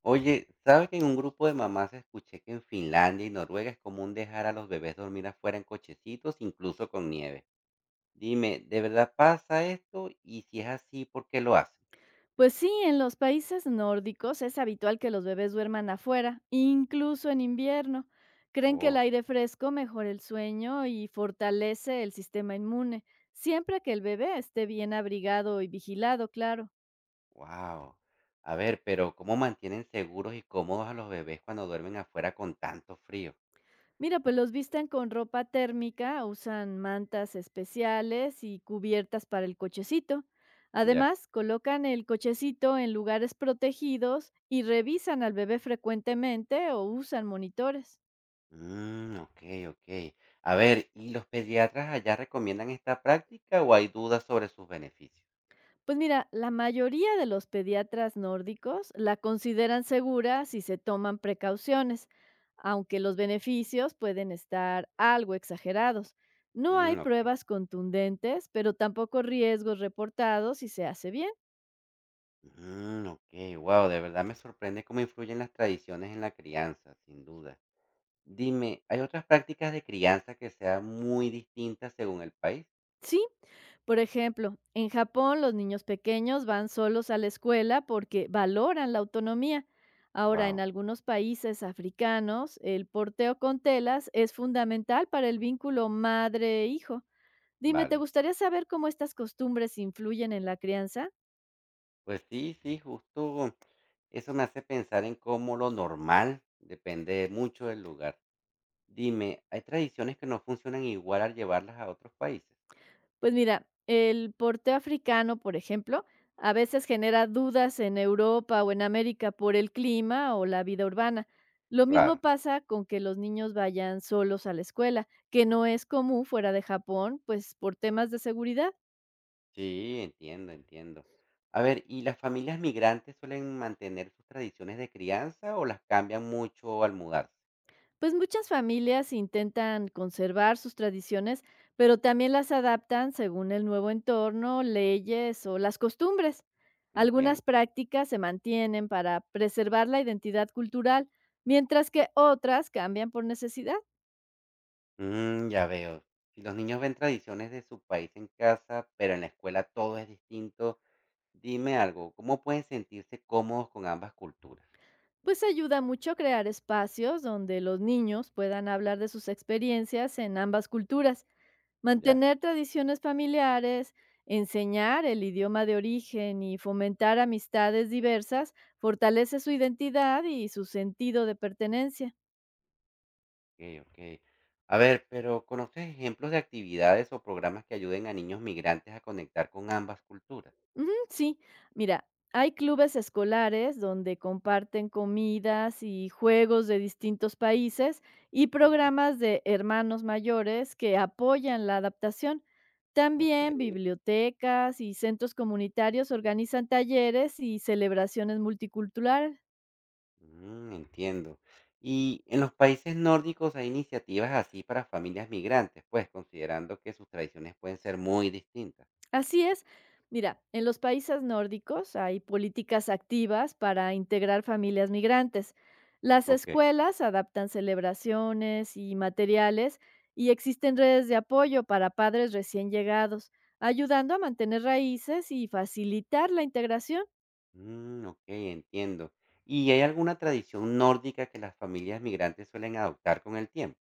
Oye, ¿sabes que en un grupo de mamás escuché que en Finlandia y Noruega es común dejar a los bebés dormir afuera en cochecitos, incluso con nieve? Dime, ¿de verdad pasa esto? Y si es así, ¿por qué lo hacen? Pues sí, en los países nórdicos es habitual que los bebés duerman afuera, incluso en invierno. Creen que el Oh, aire fresco mejora el sueño y fortalece el sistema inmune, siempre que el bebé esté bien abrigado y vigilado, claro. wow. A ver, pero ¿cómo mantienen seguros y cómodos a los bebés cuando duermen afuera con tanto frío? Mira, pues los visten con ropa térmica, usan mantas especiales y cubiertas para el cochecito. Ya. Además, colocan el cochecito en lugares protegidos y revisan al bebé frecuentemente o usan monitores. Ok, ok. A ver, ¿y los pediatras allá recomiendan esta práctica o hay dudas sobre sus beneficios? Pues mira, la mayoría de los pediatras nórdicos la consideran segura si se toman precauciones, aunque los beneficios pueden estar algo exagerados. No hay Ok. pruebas contundentes, pero tampoco riesgos reportados si se hace bien. Ok, wow, de verdad me sorprende cómo influyen las tradiciones en la crianza, sin duda. Dime, ¿hay otras prácticas de crianza que sean muy distintas según el país? Sí, por ejemplo, en Japón los niños pequeños van solos a la escuela porque valoran la autonomía. Ahora, Wow, en algunos países africanos, el porteo con telas es fundamental para el vínculo madre-hijo. Dime, ¿te vale. gustaría saber cómo estas costumbres influyen en la crianza? Pues sí, sí, justo eso me hace pensar en cómo lo normal depende mucho del lugar. Dime, ¿hay tradiciones que no funcionan igual al llevarlas a otros países? Pues mira, el porteo africano, por ejemplo, a veces genera dudas en Europa o en América por el clima o la vida urbana. Lo Claro. mismo pasa con que los niños vayan solos a la escuela, que no es común fuera de Japón, pues por temas de seguridad. Sí, entiendo, entiendo. A ver, ¿y las familias migrantes suelen mantener sus tradiciones de crianza o las cambian mucho al mudarse? Pues muchas familias intentan conservar sus tradiciones, pero también las adaptan según el nuevo entorno, leyes o las costumbres. Algunas Entiendo. prácticas se mantienen para preservar la identidad cultural, mientras que otras cambian por necesidad. Ya veo. Si los niños ven tradiciones de su país en casa, pero en la escuela todo es distinto, dime algo, ¿cómo pueden sentirse cómodos con ambas culturas? Pues ayuda mucho crear espacios donde los niños puedan hablar de sus experiencias en ambas culturas. Ya, Mantener tradiciones familiares, enseñar el idioma de origen y fomentar amistades diversas fortalece su identidad y su sentido de pertenencia. ok, ok. A ver, pero ¿conoces ejemplos de actividades o programas que ayuden a niños migrantes a conectar con ambas culturas? Ujú, sí, mira, hay clubes escolares donde comparten comidas y juegos de distintos países y Ujú, programas de hermanos mayores que apoyan la adaptación. También ok. bibliotecas y centros comunitarios organizan talleres y celebraciones multiculturales. Entiendo. Y en los países nórdicos hay iniciativas así para familias migrantes, pues considerando que sus tradiciones pueden ser muy distintas. Así es. Mira, en los países nórdicos hay políticas activas para integrar familias migrantes. Las Ok. escuelas adaptan celebraciones y materiales y existen redes de apoyo para padres recién llegados, ayudando a mantener raíces y facilitar la integración. Ok, entiendo. ¿Y hay alguna tradición nórdica que las familias migrantes suelen adoptar con el tiempo?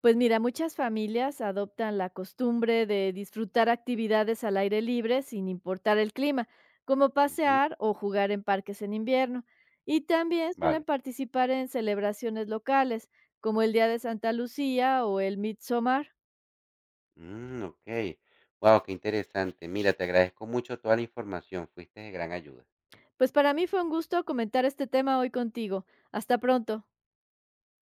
Pues mira, muchas familias adoptan la costumbre de disfrutar actividades al aire libre sin importar el clima, como Ujú, pasear o jugar en parques en invierno. Y también vale. suelen participar en celebraciones locales, como el Día de Santa Lucía o el Midsommar. Ok. Wow, qué interesante. Mira, te agradezco mucho toda la información. Fuiste de gran ayuda. Pues para mí fue un gusto comentar este tema hoy contigo. Hasta pronto.